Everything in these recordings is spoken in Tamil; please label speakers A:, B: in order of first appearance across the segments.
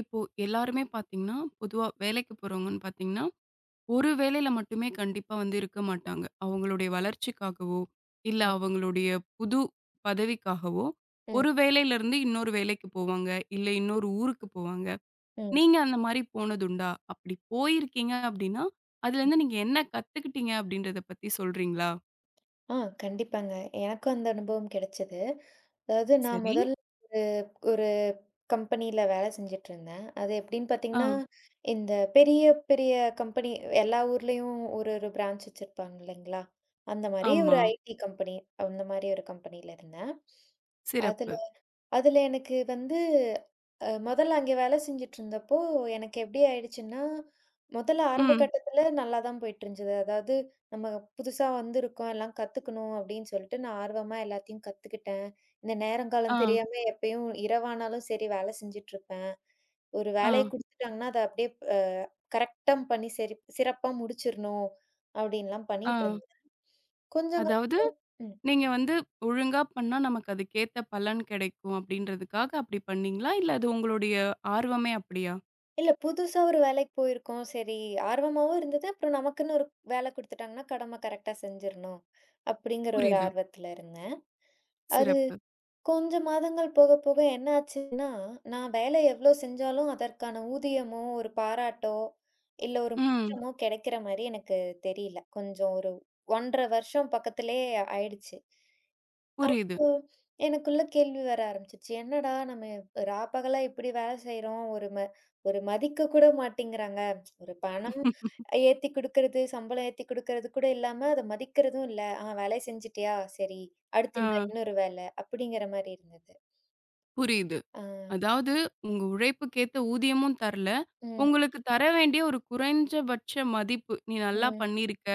A: இப்போ எல்லாருமே பார்த்தீங்கன்னா, பொதுவா வேலைக்கு போறவங்கன்னு பார்த்தீங்கன்னா, ஒரு வேலையில மட்டுமே கண்டிப்பா வந்து இருக்க மாட்டாங்க. அவங்களுடைய வளர்ச்சிக்காகவோ, இல்ல
B: ம்,
A: அவங்களுடைய புது பதவிக்காகவோ,
B: ம்,
A: ஒரு வேலையிலருந்து இன்னொரு வேலைக்கு போவாங்க. இல்ல இன்னொரு ஊருக்கு போவாங்க.
B: ம்,
A: நீங்க அந்த மாரி போனதுண்டா? அப்படி போயிருக்கீங்க அப்படின்னா,
B: ம்.
A: அதுலேருந்து நீங்க என்ன கத்துக்கிட்டீங்க அப்படின்றத பத்தி சொல்றீங்களா?
B: ஆ கண்டிப்பாங்க. எனக்கும் அந்த அனுபவம் கிடைச்சது. அதாவது நான்
A: சரி.
B: முதல்ல ஒரு ஒரு கம்பெனியில வேலை செஞ்சுட்டுருந்தேன். அது எப்படின்னு
A: ஆ.
B: பார்த்தீங்கன்னா, இந்த பெரிய பெரிய கம்பெனி எல்லா ஊர்லயும் ஒரு ஒரு பிரான்ச் வச்சிருப்பாங்க இல்லைங்களா? அந்த மாரி ஒரு
A: ஆமா.
B: ஐடி கம்பெனி அந்த மாரி ஒரு கம்பெனியில இருந்தேன். அதுல
A: சிறப்பு.
B: அதுல எனக்கு வந்து மொதல்ல அங்க வேலை செஞ்சுட்ருந்தப்போ, எனக்கு எப்டி ஆயிடுச்சுன்னா, மொதல்ல ஆரம்ப
A: ம்.
B: கட்டத்துல நல்லா தான் போயிட்டுருந்தது. அதாவது நம்ம புதுசா வந்திருக்கோம், எல்லாம் கத்துக்கணும் அப்டின்னு சொல்லிட்டு நான் ஆர்வமா எல்லாத்தையும் கத்துக்கிட்டேன். இந்த
A: ஆ.
B: நேரங்காலம் தெரியாம எப்பயும் இரவானாலும் சரி வேலை செஞ்சுட்ருப்பேன். ஒரு
A: ஆ.
B: வேலைய குடுத்துட்டாங்கன்னா, அத அப்டியே அ கரெக்ட்டா பண்ணி சரி சிறப்பா முடிச்சிரணும் அப்டின்லாம்
A: ஆ.
B: பண்ணிட்டுருந்தேன். கொஞ்சம்
A: அதாவது
B: ம்.
A: நீங்க வந்து ஒழுங்கா பண்ணா நமக்கு அதுக்கேத்த பலன் கிடைக்கும் அப்படின்றதுக்காக அப்படி பண்ணீங்களா? இல்ல அது உங்களுடைய ஆர்வமே அப்படியா?
B: இல்ல புதுசா ஒரு வேலைக்கு போயிருக்கோம். சரி ஆர்வமாவும் இருந்தது. அப்புறம் நமக்குன்னு ஒரு வேலை குடுத்துட்டாங்கன்னா, கடமை கரெக்ட்டா செஞ்சிரணும். அப்படிங்கிற ஒரு
A: புரியுது.
B: ஆர்வத்துல இருந்தேன். அது
A: சிறப்பு.
B: கொஞ்ச மாதங்கள் போக, போக என்ன ஆச்சுன்னா, நான் வேலை எவ்ளோ செஞ்சாலும் அதற்கான ஊதியமோ, ஒரு பாராட்டோ, இல்ல ஒரு
A: ம்.
B: முற்றமோ கிடைக்கிற மாரி எனக்கு தெரியல. கொஞ்சம் ஒரு 1 1/2 வருஷம் பக்கத்திலே ஆயிடுச்சு.
A: புரியுது.
B: அப்போ எனக்குள்ள கேள்வி வர ஆரம்பிச்சுருச்சு. என்னடா நம்ம ரா பகலா இப்படி வேலை செய்றோம். ஒரு மதிக்க கூட மாட்டேங்கிறாங்க. ஒரு பணம் ஏத்தி குடுக்கறது, சம்பளம் ஏத்தி குடுக்கறது கூட இல்லாம அத மதிக்கிறதும் இல்ல. ஆ வேலை செஞ்சுட்டியா? சரி. அடுத்து
A: ஆ
B: இந்த இன்னொரு வேலை அப்படிங்கிற மாரி இருந்தது.
A: புரியுது.
B: ஆ.
A: அதாவது உங்க உழைப்புக்கேத்த ஊதியமும் தரல.
B: ம்,
A: உங்களுக்கு தர வேண்டிய ஒரு குறைஞ்சபட்ச மதிப்பு. நீ நல்லா
B: ம்,
A: பண்ணியிருக்க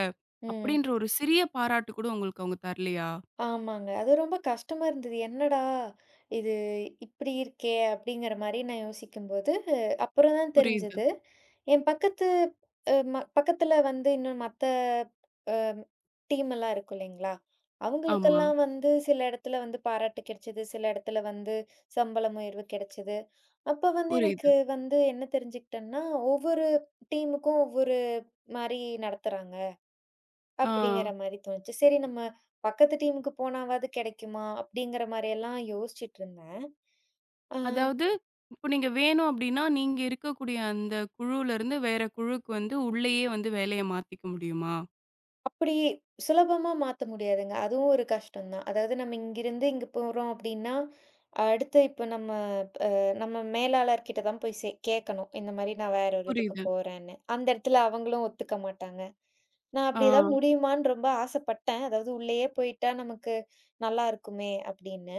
B: ம்.
A: அப்படின்ற ஒரு சிறிய பாராட்டு கூட உங்களுக்கு அவங்க தரலையா?
B: ஆமாங்க. அது ரொம்ப கஷ்டமா இருந்தது. என்னடா! இது இப்பிடி இருக்கே! அப்பிடிங்கிற மாரி நான் யோசிக்கும்போது, அப்புறம் தான்
A: புரியுது.
B: தெரிஞ்சது. என் பக்கத்து அ ம பக்கத்துல வந்து இன்னும் மத்த அ டீம் எல்லாம் இருக்கும் இல்லேங்களா!
A: ஆமா.
B: அவுங்களுக்கெல்லாம் வந்து சில இடத்துல வந்து பாராட்டு கிடைச்சது. சில இடத்துல வந்து சம்பளம் உயர்வு கிடைச்சது. அப்ப வந்து எனக்கு
A: புரியுது.
B: வந்து என்ன தெரிஞ்சுக்கிட்டேன்னா, ஒவ்வொரு டீமுக்கும் ஒவ்வொரு மாரி நடத்துறாங்க.
A: ஆ.
B: அப்படிங்கிற மாரி தோணுச்சு. சரி நம்ம பக்கத்து டீமுக்கு போனாவாவது கிடைக்குமா? அப்படிங்கிற மாரியெல்லாம் யோசிச்சுட்டு இருந்தேன். ஆ
A: அதாவது, இப்போ நீங்க வேணும் அப்டின்னா, நீங்க இருக்கக்கூடிய அந்த குழுலருந்து வேற குழுக்கு வந்து உள்ளயே வந்து வேலைய மாத்திக்க முடியுமா?
B: அப்படி சுலபமா மாத்த முடியாதுங்க. அதுவும் ஒரு கஷ்டம் தான். அதாவது நம்ம இங்கிருந்து இங்க போறோம் அப்படின்னா, அடுத்து இப்ப அ நம்ம மேலாளர் கிட்ட தான் போய் கேட்கணும். இந்த மாரி நான் வேற ஒரு இதுக்கு
A: புரியுது.
B: போறேன்னு. அந்த இடத்துல அவங்களும் ஒத்துக்க மாட்டாங்க. நான்
A: ஆ,
B: அப்படி ஏதாவது முடியுமான்னு ரொம்ப ஆசைப்பட்டேன். அதாவது உள்ளேயே போயிட்டா நமக்கு நல்லா இருக்குமே அப்படின்னு.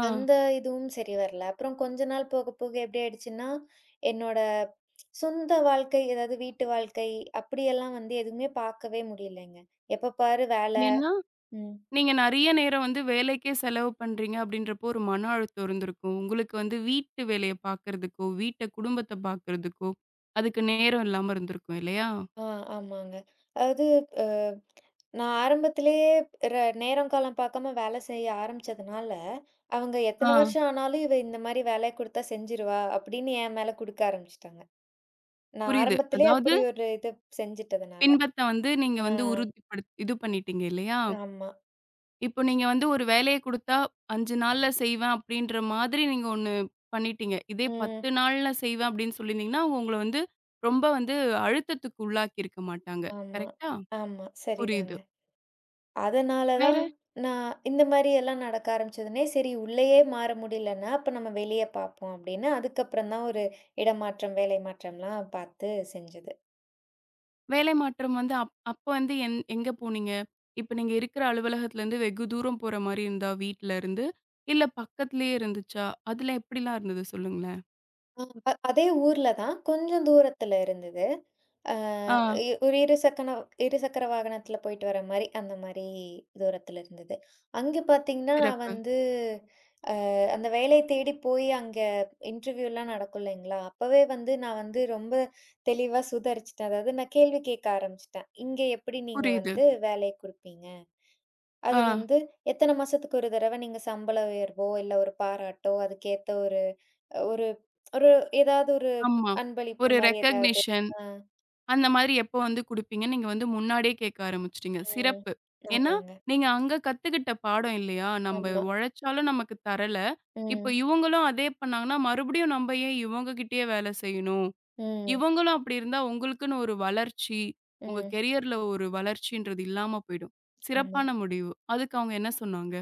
A: ஆ.
B: அந்த இதுவும் சரி வரல. அப்புறம் கொஞ்ச நாள் போக போக எப்படி ஆயிடுச்சுன்னா, என்னோட சொந்த வாழ்க்கை, அதாவது வீட்டு வாழ்க்கை அப்படியெல்லாம் வந்து எதுவுமே பார்க்கவே முடியலைங்க. எப்ப பாரு வேலை.
A: ஏன்னா,
B: ம்.
A: நீங்க நெறைய நேரம் வந்து வேலைக்கே செலவு பண்றீங்க அப்டின்றப்போ ஒரு மன அழுத்தம் இருந்திருக்கும். உங்களுக்கு வந்து வீட்டு வேலைய பார்க்கறதுக்கோ, வீட்ட குடும்பத்த பார்க்கறதுக்கோ, அதுக்கு நேரம் இல்லாம இருந்திருக்கும் இல்லையா?
B: ஆ ஆமாங்க. அதாவது அ நான் ஆரம்பத்திலேயே ர நேரம் காலம் பார்க்காம வேலை செய்ய ஆரம்பிச்சதுனால, அவங்க
A: ஆ
B: எத்தன வருஷம் ஆனாலும் இந்த மாரி வேலைய குடுத்தா செஞ்சுருவா அப்படின்னு என் மேல குடுக்க ஆரம்பிச்சுட்டாங்க. நான்
A: புரியுது.
B: ஆரம்பத்திலேயே
A: அதாவது
B: அப்படி ஒரு இது செஞ்சுட்டதுனால.
A: பின்பத்த வந்து நீங்க
B: ஆ
A: வந்து இது பண்ணிட்டீங்க இல்லையா?
B: ஆமா.
A: இப்போ நீங்க வந்து ஒரு வேலைய குடுத்தா 5 நாள்ல செய்வேன் அப்டின்ற மாதிரி நீங்க ஒண்ணு பண்ணிட்டீங்க. இதே
B: ம்.
A: 10 நாள்ல செய்வேன் அப்டின்னு சொல்லியிருந்தீங்கன்னா, அவங்க உங்கள வந்து ரொம்ப வந்து அழுத்தத்துக்கு உள்ளாக்கி இருக்க மாட்டாங்க.
B: ஆமா,
A: கரெக்ட்டா?
B: ஆமா.
A: புரியுது.
B: சரிதாங்க. அதனால தான்
A: வேற
B: நான் இந்த மாரி எல்லாம் நடக்க ஆரம்பிச்சதுனே, சரி உள்ளயே மாற முடியலன்னா, அப்ப நம்ம வெளிய பார்ப்போம் அப்படின்னு, அதுக்கப்புறம் தான் ஒரு இடமாற்றம், வேலை மாற்றம்லாம் பார்த்து செஞ்சது.
A: வேலை மாற்றம் வந்து அப்ப வந்து எங்க போனீங்க? இப்ப நீங்க இருக்கிற அலுவலகத்துலருந்து வெகு தூரம் போற மாரி இருந்தா வீட்ல இருந்து? இல்ல பக்கத்திலேயே இருந்துச்சா? அதுல எப்படிலாம் இருந்தது சொல்லுங்களேன்?
B: ஆ, அ ப அதே ஊர்ல தான் கொஞ்சம் தூரத்துல இருந்தது. அ
A: ஆ
B: இ ஒரு இருசக்கன இருசக்கர வாகனத்துல போயிட்டு வர மாரி, அந்த மாரி தூரத்துல இருந்தது. அங்க பார்த்தீங்கன்னா, நான்
A: சிறப்பு.
B: வந்து அந்த வேலைய தேடி போய் அங்க இன்டர்வியூலாம் நடக்கும் இல்லைங்களா? அப்பவே வந்து நான் வந்து ரொம்ப தெளிவா சுதாரிச்சுட்டேன். அதாவது நான் கேள்வி கேட்க ஆரம்பிச்சுட்டேன். இங்க எப்படி நீங்க
A: புரியுது.
B: வந்து வேலைய குடுப்பீங்க? அது
A: ஆ
B: வந்து எத்தன மாசத்துக்கு ஒரு தடவ நீங்க சம்பள உயர்வோ, இல்ல ஒரு பாராட்டோ, அதுக்கேத்த ஒரு ஒரு ஒரு ஏதாவது ஒரு
A: ஆமா.
B: அன்பளிப்பு
A: ஒரு
B: மாரி ஏதாவது?
A: ரெகக்னிஷன்.
B: ஆ,
A: அந்த மாதிரி எப்போ வந்து குடுப்பீங்க? நீங்க வந்து முன்னாடியே கேட்க ஆரம்பிச்சுட்டீங்க.
B: ம்.
A: சிறப்பு. ஏன்னா,
B: ஆமாங்க.
A: நீங்க அங்க கத்துக்கிட்ட பாடம் இல்லையா? நம்ப
B: ஆமா.
A: உழைச்சாலும் நமக்கு தரல. இப்போ
B: ம்,
A: இவங்களும் அதே பண்ணாங்கன்னா, மறுபடியும் நம்ப ஏன் இவங்க கிட்டயே வேலை செய்யணும்?
B: ம்,
A: இவங்களும் அப்படி இருந்தா உங்களுக்குன்னு ஒரு வளர்ச்சி, உங்க
B: ம்.
A: கெரியர்ல ஒரு வளர்ச்சின்றது இல்லாம போயிடும்.
B: ஆமா.
A: சிறப்பான முடிவு. அதுக்கு அவங்க என்ன சொன்னாங்க?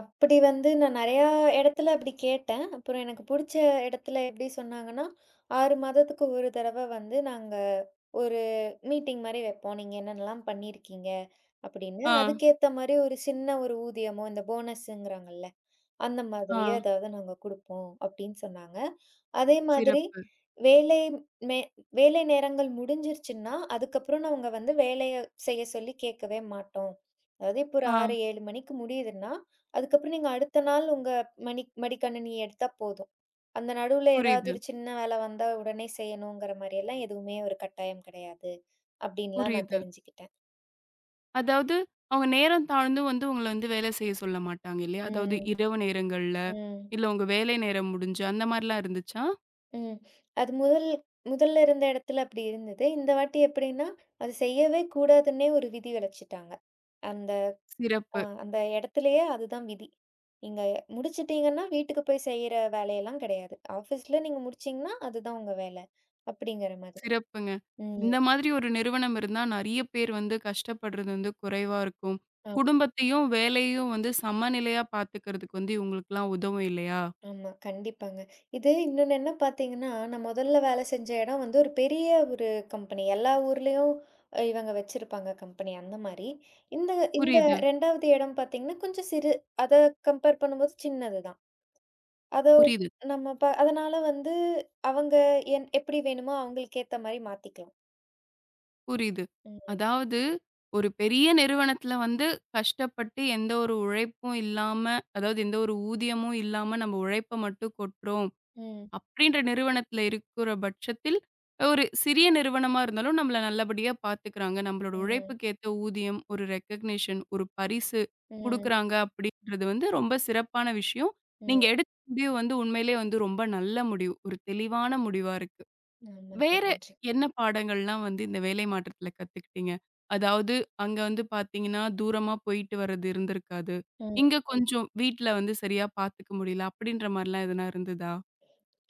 B: அப்படி வந்து நான் நெறையா இடத்துல அப்படி கேட்டேன். அப்புறம் எனக்கு புடிச்ச இடத்துல எப்படி சொன்னாங்கன்னா, 6 மாதத்துக்கு ஒரு தடவ வந்து நாங்க ஒரு மீட்டிங் மாரி வைப்போம். நீங்க என்னென்னலாம் பண்ணியிருக்கீங்க அப்படின்னு.
A: ஆ,
B: அதுக்கேத்த மாரி ஒரு சின்ன ஒரு ஊதியமோ, இந்த போனஸுங்கிறாங்கல்ல, அந்த
A: ஆ.
B: மாதிரியோ ஏதாவது நாங்க குடுப்போம் அப்படின்னு சொன்னாங்க. அதே மாதிரி
A: சிறப்பு.
B: வேலை மே வேலை நேரங்கள் முடிஞ்சிருச்சுன்னா, அதுக்கப்புறம் நான் அவங்க வந்து வேலைய செய்ய சொல்லி கேட்கவே மாட்டோம். அதாவது இப்போ ஒரு
A: ஆ.
B: 6, 7 மணிக்கு முடியுதுன்னா, அதுக்கப்புறம் நீங்க அடுத்த நாள் உங்க மணி மடிக்கணினிய எடுத்தா போதும். அந்த நடுவுல ஏதாவது
A: புரியுது,
B: ஒரு சின்ன வேலை வந்தா உடனே செய்யணுங்கிற மாரியெல்லாம் எதுவுமே ஒரு கட்டாயம் கிடையாது. அப்படின்லாம் நான்
A: புரியுது.
B: தெரிஞ்சுக்கிட்டேன்.
A: அதாவது அவங்க நேரம் தாழ்ந்தும் வந்து உங்கள வந்து வேலை செய்ய சொல்ல மாட்டாங்க இல்லையா? அதாவது
B: ம்,
A: இரவு நேரங்கள்ல.
B: ம்.
A: இல்ல உங்க வேலை நேரம் முடிஞ்சு அந்த மாரிலாம் இருந்துச்சா?
B: ம். அது முதல்ல இருந்த இடத்துல அப்படி இருந்தது. இந்த வாட்டி எப்படின்னா, அது செய்யவே கூடாதுன்னே ஒரு விதி விதிச்சுட்டாங்க. அந்த அ
A: சிறப்பு,
B: அந்த இடத்துலயே அதுதான் விதி. நீங்க முடிச்சுட்டீங்கன்னா, வீட்டுக்கு போய் செய்ற வேலையெல்லாம் கிடையாது. ஆஃபீஸ்ல நீங்க முடிச்சீங்கன்னா, அதுதான் உங்க வேலை. அப்படிங்கிற மாதிரி.
A: சிறப்புங்க.
B: ம்.
A: இந்த மாதிரி ஒரு நிறுவனம் இருந்தா நெறைய பேர் வந்து கஷ்டப்படுறது வந்து குறைவா இருக்கும். குடும்பத்தையும், வேலையும் வந்து சமநிலையா பார்த்துக்கிறதுக்கு வந்து இவங்களுக்கெல்லாம் உதவும் இல்லையா?
B: ஆமா. கண்டிப்பாங்க. இது இன்னொன்னு என்ன பார்த்தீங்கன்னா, நான் முதல்ல வேலை செஞ்ச இடம் வந்து ஒரு பெரிய ஒரு கம்பெனி. எல்லா ஊர்லயும் இவங்க வச்சிருப்பாங்க கம்பெனி அந்த மாரி. இந்த இந்த
A: புரியுது,
B: 2வது இடம் பார்த்தீங்கன்னா, கொஞ்சம் சிறு அத கம்பேர் பண்ணும்போது சின்னது தான். அத
A: புரியுது,
B: நம்ம ப அதனால வந்து அவங்க என் எப்படி வேணுமோ அவங்களுக்கு ஏத்த மாரி மாத்திக்கலாம்.
A: புரியுது.
B: ம்.
A: அதாவது ஒரு பெரிய நிறுவனத்துல வந்து கஷ்டப்பட்டு எந்த ஒரு உழைப்பும் இல்லாம, அதாவது எந்த ஒரு ஊதியமும் இல்லாம நம்ம உழைப்ப மட்டும் கொட்டுறோம்.
B: ம்.
A: அப்படின்ற நிறுவனத்தில இருக்கிற பட்சத்தில், ஒரு சிறிய நிறுவனமா இருந்தாலும் நம்மள நல்லபடியா பார்த்துக்கிறாங்க. நம்மளோட
B: ம்.
A: உழைப்புக்கு ஏத்த ஊதியம், ஒரு ரெகக்னிஷன், ஒரு பரிசு
B: ம்.
A: குடுக்குறாங்க அப்படின்றது வந்து ரொம்ப சிறப்பான விஷயம்.
B: ம்.
A: நீங்க எடுத்த முடிவு வந்து உண்மையிலேயே வந்து ரொம்ப நல்ல முடிவு. ஒரு தெளிவான முடிவா இருக்கு.
B: ஆமாங்க.
A: வேற
B: நன்றி.
A: என்ன பாடங்கள்லாம் வந்து இந்த வேலை மாற்றத்தில கத்துக்கிட்டீங்க? அதாவது அங்க வந்து பார்த்தீங்கன்னா, தூரமா போயிட்டு வர்றது இருந்திருக்காது.
B: ம்.
A: இங்க கொஞ்சம் வீட்ல வந்து சரியா பார்த்துக்க முடியல அப்படின்ற மாரிலாம் எதுனா இருந்ததா?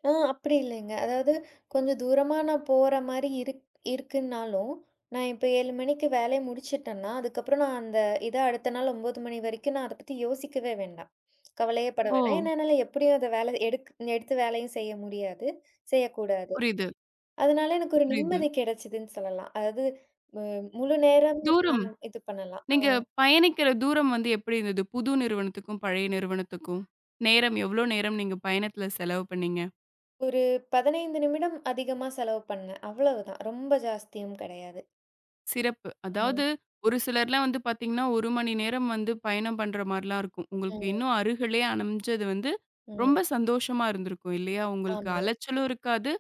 B: அப்படி இல்லைங்க. அதாவது கொஞ்சம் தூரமா நான் போற மாரி இருக்குன்னாலும், நான் இப்ப 7 மணிக்கு வேலைய முடிச்சுட்டேன்னா, அதுக்கப்புறம் நான் அந்த இத அடுத்த நாள் 9 மணி வரைக்கும் நான் அத பத்தி யோசிக்கவே வேண்டாம். கவலையே பட
A: ஓ!
B: வேணாம். ஏன்னா என்னால எப்படியும் அத வேல எடுத்து வேலையும் செய்ய முடியாது, செய்யக்கூடாது.
A: புரியுது,
B: அதனால எனக்கு ஒரு
A: புரியுது.
B: நிம்மதி கிடைச்சதுன்னு சொல்லலாம். அதாவது மு முழு நேரம்
A: தூரம்
B: நான் இது பண்ணலாம். ஆ
A: நீங்க பயணிக்கிற தூரம் வந்து எப்படி இருந்தது? புது நிறுவனத்துக்கும், பழைய நிறுவனத்துக்கும்? நேரம் எவ்ளோ நேரம் நீங்க பயணத்துல செலவு பண்ணீங்க?
B: ஒரு 15 நிமிடம் அதிகமா செலவு பண்ணேன். அவ்வளவுதான். ரொம்ப ஜாஸ்தியும் கிடையாது.
A: சிறப்பு.
B: ம்,
A: அதாவது ஒரு சிலர்லாம் வந்து பார்த்தீங்கன்னா, 1 மணி நேரம் வந்து பயணம் பண்ற மாரிலாம் இருக்கும்.
B: ம்,
A: உங்களுக்கு இன்னும் அருகிலே அமைஞ்சது வந்து
B: ம்.
A: ரொம்ப சந்தோஷமா இருந்திருக்கும் இல்லையா? உங்களுக்கு
B: ஆமா,
A: அலைச்சலும் இருக்காது,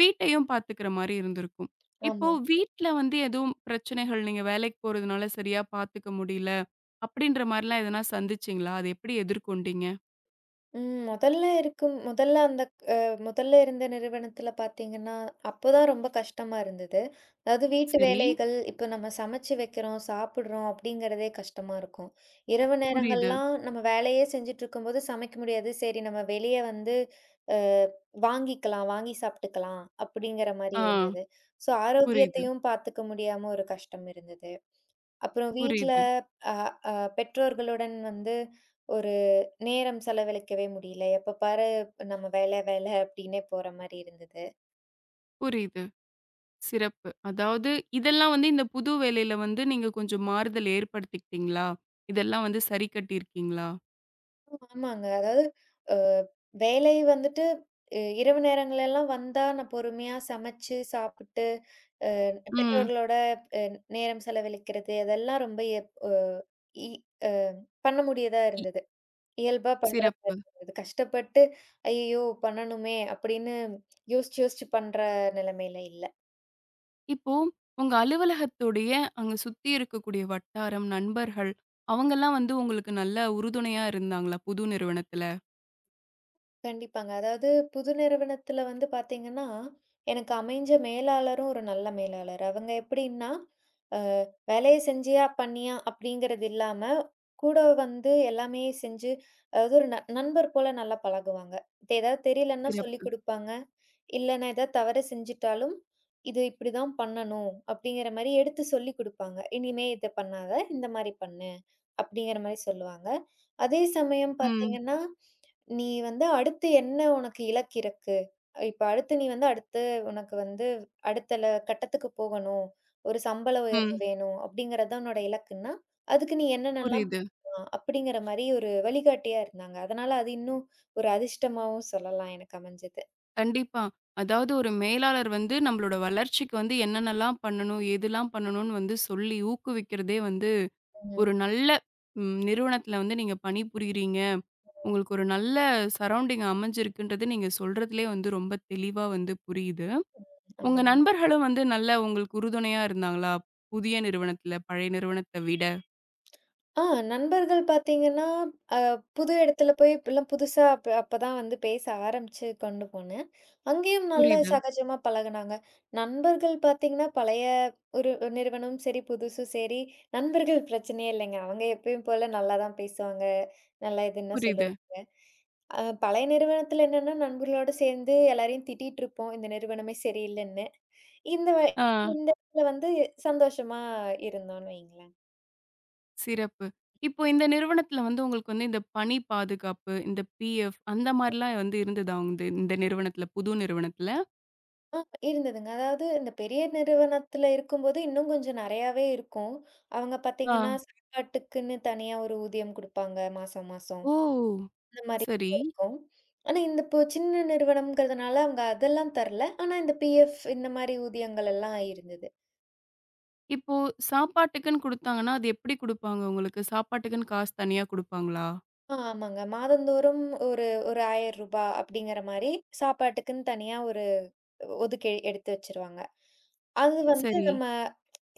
A: வீட்டையும் பார்த்துக்கிற மாரி இருந்திருக்கும். இப்போ
B: ஆமா.
A: வீட்ல வந்து எதுவும் பிரச்சனைகள் நீங்க வேலைக்கு போறதுனால சரியா பார்த்துக்க முடியல, அப்படின்ற மாரிலாம் எதனா சந்திச்சீங்களா? அத எப்படி எதிர்கொண்டீங்க?
B: ம். முதல்ல இருக்கும் முதல்ல அந்த அ முதல்ல இருந்த நிறுவனத்தில பார்த்தீங்கன்னா, அப்பதான் ரொம்ப கஷ்டமா இருந்தது. அதாவது வீட்டு
A: சரி,
B: வேலைகள் இப்ப நம்ம சமைச்சு வைக்கிறோம், சாப்பிடுறோம் அப்படிங்கிறதே கஷ்டமா இருக்கும். இரவு
A: புரியுது.
B: நேரங்கள்லாம் நம்ம வேலையே செஞ்சுட்டுருக்கும்போது சமைக்க முடியாது. சரி நம்ம வெளிய வந்து அ வாங்கிக்கலாம், வாங்கி சாப்பிட்டுக்கலாம் அப்படிங்கிற மாரி
A: ஆ,
B: இருந்தது. ஸோ
A: புரியுது,
B: ஆரோக்கியத்தையும் பார்த்துக்க முடியாம ஒரு கஷ்டம் இருந்தது. அப்புறம் வீட்ல
A: புரியுது,
B: அ அ பெற்றோர்களுடன் வந்து ஒரு நேரம் செலவழிக்கவே முடியல. எப்ப பாரு நம்ம வேலை, வேலை அப்டின்னே போற மாரி இருந்தது.
A: புரியுது. சிறப்பு. அதாவது இதெல்லாம் வந்து இந்த புது வேலையில வந்து நீங்க கொஞ்சம் மாறுதல் ஏற்படுத்திக்கிட்டீங்களா? இதெல்லாம் வந்து சரி கட்டியிருக்கீங்களா?
B: ஆமாங்க. அதாவது அ வேலை வந்துட்டு இரவு நேரங்கள்லாம் வந்தா நான் பொறுமையா சமைச்சு, சாப்பிட்டு
A: ம்.
B: பெற்றோர்களோட அ நேரம் செலவழிக்கிறது அதெல்லாம் ரொம்ப எப் அ இ அ பண்ண முடியதா
A: இ
B: இருந்தது. இயல்பா பண்ற
A: சிறப்பு.
B: மாரி இருந்தது. கஷ்டப்பட்டு "ஐயய்யோ! பண்ணணுமே" அப்படின்னு யோசிச்சு, யோசிச்சு பண்ற நிலைமையில இல்ல.
A: இப்போ உங்க அலுவலகத்துடைய அங்க சுத்தி இருக்கக்கூடிய வட்டாரம், நண்பர்கள் அவங்கலாம் வந்து உங்களுக்கு நல்ல உறுதுணையா இருந்தாங்களா? புது நிறுவனத்துல?
B: கண்டிப்பாங்க. அதாவது புது நிறுவனத்துல வந்து பார்த்தீங்கன்னா, எனக்கு அமைஞ்ச மேலாளரும் ஒரு நல்ல மேலாளர். அவங்க எப்படின்னா, "வேலைய செஞ்சியா? பண்ணியா?" அப்படிங்கிறது இல்லாம, கூட வந்து எல்லாமே செஞ்சு அதாவது ஒரு நண்பர் போல நல்லா பழகுவாங்க. இப்ப ஏதாவது தெரியலன்னா சொல்லிக்
A: சிறப்பு.
B: குடுப்பாங்க. இல்ல நான் ஏதாவது தவறு செஞ்சுட்டாலும், "இது இப்படிதான் பண்ணணும்." அப்படிங்கிற மாரி எடுத்து சொல்லிக் குடுப்பாங்க. "இனிமே இத பண்ணாத, இந்த மாரி பண்ணு." அப்படிங்கிற மாரி சொல்லுவாங்க. அதே சமயம்
A: ம்,
B: பார்த்தீங்கன்னா, "நீ வந்து அடுத்து என்ன உனக்கு இலக்கு இருக்கு? இப்ப அடுத்து நீ வந்து அடுத்து உனக்கு வந்து அடுத்த கட்டத்துக்கு போகணும். ஒரு சம்பள உயர்வு
A: ம்.
B: வேணும் அப்படிங்கிறது தான் உன்னோட இலக்குன்னா, அதுக்கு நீ என்னென்னலாம்
A: புரியுது.
B: பண்ணலாம்?" அப்படிங்கிற மாரி ஒரு வழிகாட்டியா இருந்தாங்க. அதனால அது இன்னும் ஒரு அதிர்ஷ்டமாவும் சொல்லலாம் எனக்கு அமைஞ்சது.
A: கண்டிப்பா. அதாவது ஒரு மேலாளர் வந்து நம்மளோட வளர்ச்சிக்கு வந்து என்னென்னலாம் பண்ணணும்? எதுலாம் பண்ணணும்னு வந்து சொல்லி ஊக்குவிக்கிறதே வந்து
B: ம்.
A: ஒரு நல்ல ம், நிறுவனத்துல வந்து நீங்க பணிபுரிகிறீங்க. உங்களுக்கு ஒரு நல்ல சரவுண்டிங் அமைஞ்சிருக்குன்றது நீங்க சொல்றதிலயே வந்து ரொம்ப தெளிவா வந்து புரியுது. உங்க
B: ஆமாங்க.
A: நண்பர்களும் வந்து நல்ல உங்களுக்கு உறுதுணையா இருந்தாங்களா? புதிய நிறுவனத்துல, பழைய நிறுவனத்த விட?
B: ஆ நண்பர்கள் பார்த்தீங்கன்னா, அ புது இடத்துல போய் இப்பலாம் புதுசா அப்ப அப்பதான் வந்து பேச ஆரம்பிச்சு கொண்டு போனேன். அங்கேயும் நல்ல
A: புரியுது,
B: சகஜமா பழகுனாங்க. நண்பர்கள் பார்த்தீங்கன்னா, பழைய ஒரு நிறுவனமும் சரி, புதுசும் சரி, நண்பர்கள் பிரச்சனையே இல்லைங்க. அவங்க எப்பயும் போல நல்லா தான் பேசுவாங்க. நல்லா இதுன்னு தான்
A: புரியுது.
B: சொல்லுவாங்க. பழைய நிறுவனத்துல என்னன்னா, நண்பர்களோட சேர்ந்து எல்லாரையும் திட்டிட்டுருப்போம். இந்த நிறுவனமே சரியில்லன்னு. இந்த வ
A: ஆ
B: இந்த இடத்துல வந்து சந்தோஷமா இருந்தோம்னு வைங்களேன்.
A: சிறப்பு. இப்போ இந்த நிறுவனத்துல வந்து உங்களுக்கு வந்து இந்த பணி பாதுகாப்பு, இந்த பிஎஃப் அந்த மாரிலாம் வந்து இருந்ததா? இந்த இந்த நிறுவனத்துல, புது நிறுவனத்துல?
B: ஆ இருந்ததுங்க. அதாவது இந்த பெரிய நிறுவனத்துல இருக்கும்போது, இன்னும் கொஞ்சம் நெறையாவே இருக்கும். அவங்க பாத்தீங்கன்னா,
A: ஆ.
B: சாப்பாட்டுக்குன்னு தனியா ஒரு ஊதியம் குடுப்பாங்க மாசம், மாசம்.
A: ஓ!
B: இந்த மாரி
A: சரி.
B: இருக்கும். ஆனா, இந்த இப்போ சின்ன நிறுவனம்ங்கிறதுனால அவங்க அதெல்லாம் தரல. ஆனா, இந்த பிஎஃப் இந்த மாரி ஊதியங்கள் எல்லாம் இருந்தது.
A: இப்போ சாப்பாட்டுக்குன்னு குடுத்தாங்கன்னா, அது எப்படி குடுப்பாங்க உங்களுக்கு? சாப்பாட்டுக்குன்னு காசு தனியா குடுப்பாங்களா?
B: ஆமாங்க. மாதந்தோறும் ஒரு ஒரு ரூ. 1000 அப்படிங்கிற மாரி சாப்பாட்டுக்குன்னு தனியா ஒரு ஒதுக்கி எடுத்து வச்சுருவாங்க. அது வந்து
A: சரி.
B: நம்ம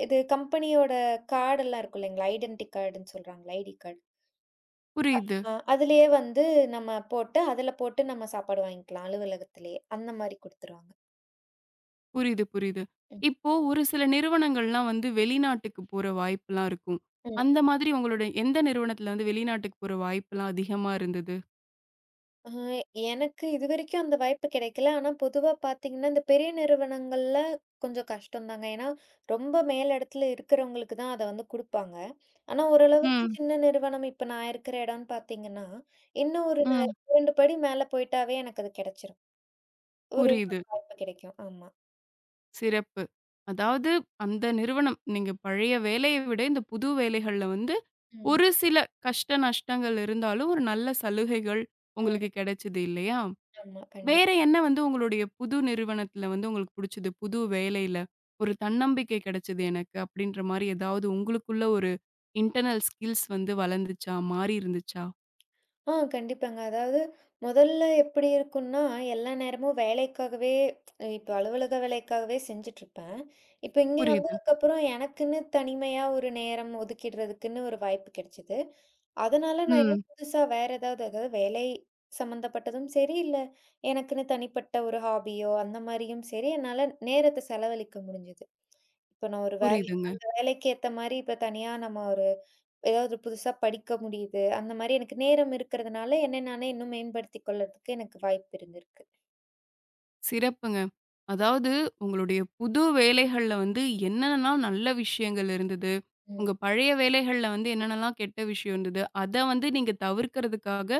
B: இது கம்பெனியோட கார்டெல்லாம் இருக்கும் இல்லைங்களா? ஐடென்டி கார்டுன்னு சொல்றாங்கல்ல. ID card.
A: புரியுது,
B: அதிலேயே வந்து நம்ம போட்டு, அதில போட்டு நம்ம சாப்பாடு வாங்கிக்கலாம் அலுவலகத்திலேயே. அந்த மாரி குடுத்துருவாங்க.
A: புரியுது, புரியுது. இப்போ ஒரு சில நிறுவனங்கள்லாம் வந்து வெளிநாட்டுக்கு போற வாய்ப்புலாம் இருக்கும்.
B: ம்.
A: அந்த மாதிரி உங்களோட எந்த நிறுவனத்துல வந்து வெளிநாட்டுக்கு போற வாய்ப்புலாம் அதிகமா இருந்தது?
B: ஆ, எனக்கு இதுவரைக்கும் அந்த வாய்ப்பு கிடைக்கல. ஆனா, பொதுவா பார்த்தீங்கன்னா, இந்த பெரிய நிறுவனங்கள்ல கொஞ்சம் கஷ்டம்தாங்க. ஏன்னா, ரொம்ப மேல் இடத்துல இருக்கிறவங்களுக்கு தான் அத வந்து குடுப்பாங்க. ஆனா, ஓரளவுக்கு
A: ம்,
B: சின்ன நிறுவனம் இப்ப நான் இருக்கிற இடம்னு பார்த்தீங்கன்னா, இன்னும் ஒரு
A: ம்.
B: 2 படி மேல போயிட்டாவே எனக்கு அது கிடைச்சிரும். ஒரு
A: புரியுது.
B: வாய்ப்பு கிடைக்கும். ஆமா.
A: சிறப்பு. அதாவது அந்த நிறுவனம் நீங்க பழைய வேலைய விட இந்த புது வேலைகள்ல வந்து
B: ம்.
A: ஒரு சில கஷ்ட நஷ்டங்கள் இருந்தாலும், ஒரு நல்ல சலுகைகள்
B: ம்.
A: உங்களுக்கு கிடைச்சது இல்லையா?
B: ஆமா.
A: வேற
B: கண்டிப்பா.
A: என்ன வந்து உங்களுடைய புது நிறுவனத்துல வந்து உங்களுக்கு புடிச்சது? புது வேலையில, ஒரு தன்னம்பிக்கை கிடைச்சது எனக்கு அப்படின்ற மாரி ஏதாவது உங்களுக்குள்ள ஒரு இன்டர்னல் ஸ்கில்ஸ் வந்து வளர்ந்துச்சா? மாறி இருந்துச்சா?
B: கண்டிப்பாங்க. அதாவது முதல்ல எப்படி இருக்கும்னா, எல்லா நேரமும் வேலைக்காகவே இப்போ அலுவலக வேலைக்காகவே செஞ்சுட்ருப்பேன். இப்போ இங்க
A: புரியுது.
B: வந்ததுக்கப்புறம் எனக்குன்னு தனிமையா ஒரு நேரம் ஒதுக்கிடுறதுக்குன்னு ஒரு வாய்ப்பு கிடைச்சது. அதனால நான்
A: ம்.
B: இன்னும் புதுசா வேற ஏதாவது அதாவது வேலை சம்மந்தப்பட்டதும் சரி, இல்ல எனக்குன்னு தனிப்பட்ட ஒரு ஹாபியோ அந்த மாரியும் சரி, என்னால நேரத்த செலவழிக்க முடிஞ்சது. இப்ப நான் ஒரு வேலை
A: புரியுதுங்க.
B: அந்த வேலைக்கு ஏத்த மாரி இப்ப தனியா நம்ம ஒரு ஏதாவது புதுசா படிக்க முடியுது. அந்த மாரி எனக்கு நேரம் இருக்கிறதுனால, என்னை நானே இன்னும் மேம்படுத்திக் கொள்றதுக்கு எனக்கு வாய்ப்பு இருந்திருக்கு.
A: சிறப்புங்க. அதாவது உங்களுடைய புது வேலைகள்ல வந்து என்னென்னலாம் நல்ல விஷயங்கள் இருந்தது?
B: ம்.
A: உங்க பழைய வேலைகள்ல வந்து என்னென்னலாம் கெட்ட விஷயம் இருந்தது? அத வந்து நீங்க தவிர்க்கிறதுக்காக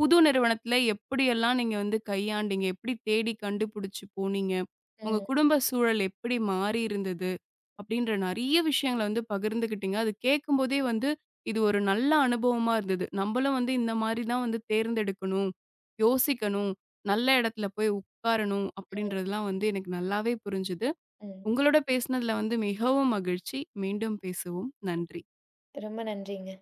A: புது நிறுவனத்துல எப்படியெல்லாம் நீங்க வந்து கையாண்டீங்க? எப்படி தேடி கண்டுபிடிச்சு போனீங்க? உங்க
B: ம்.
A: குடும்ப சூழல் எப்படி மாறி இருந்தது? அப்படின்ற நெறைய விஷயங்கள வந்து பகிர்ந்துக்கிட்டீங்க. அது கேட்கும்போதே வந்து, இது ஒரு நல்ல அனுபவமா இருந்தது. நம்பளும் வந்து இந்த மாரி தான் வந்து தேர்ந்தெடுக்கணும், யோசிக்கணும், நல்ல இடத்துல போய் உட்காரணும்
B: ம்.
A: அப்படின்றதெல்லாம் வந்து எனக்கு நல்லாவே புரிஞ்சுது.
B: ம்.
A: உங்களோட பேசினதுல வந்து மிகவும் மகிழ்ச்சி. மீண்டும் பேசுவோம். நன்றி.
B: ரொம்ப நன்றிங்க.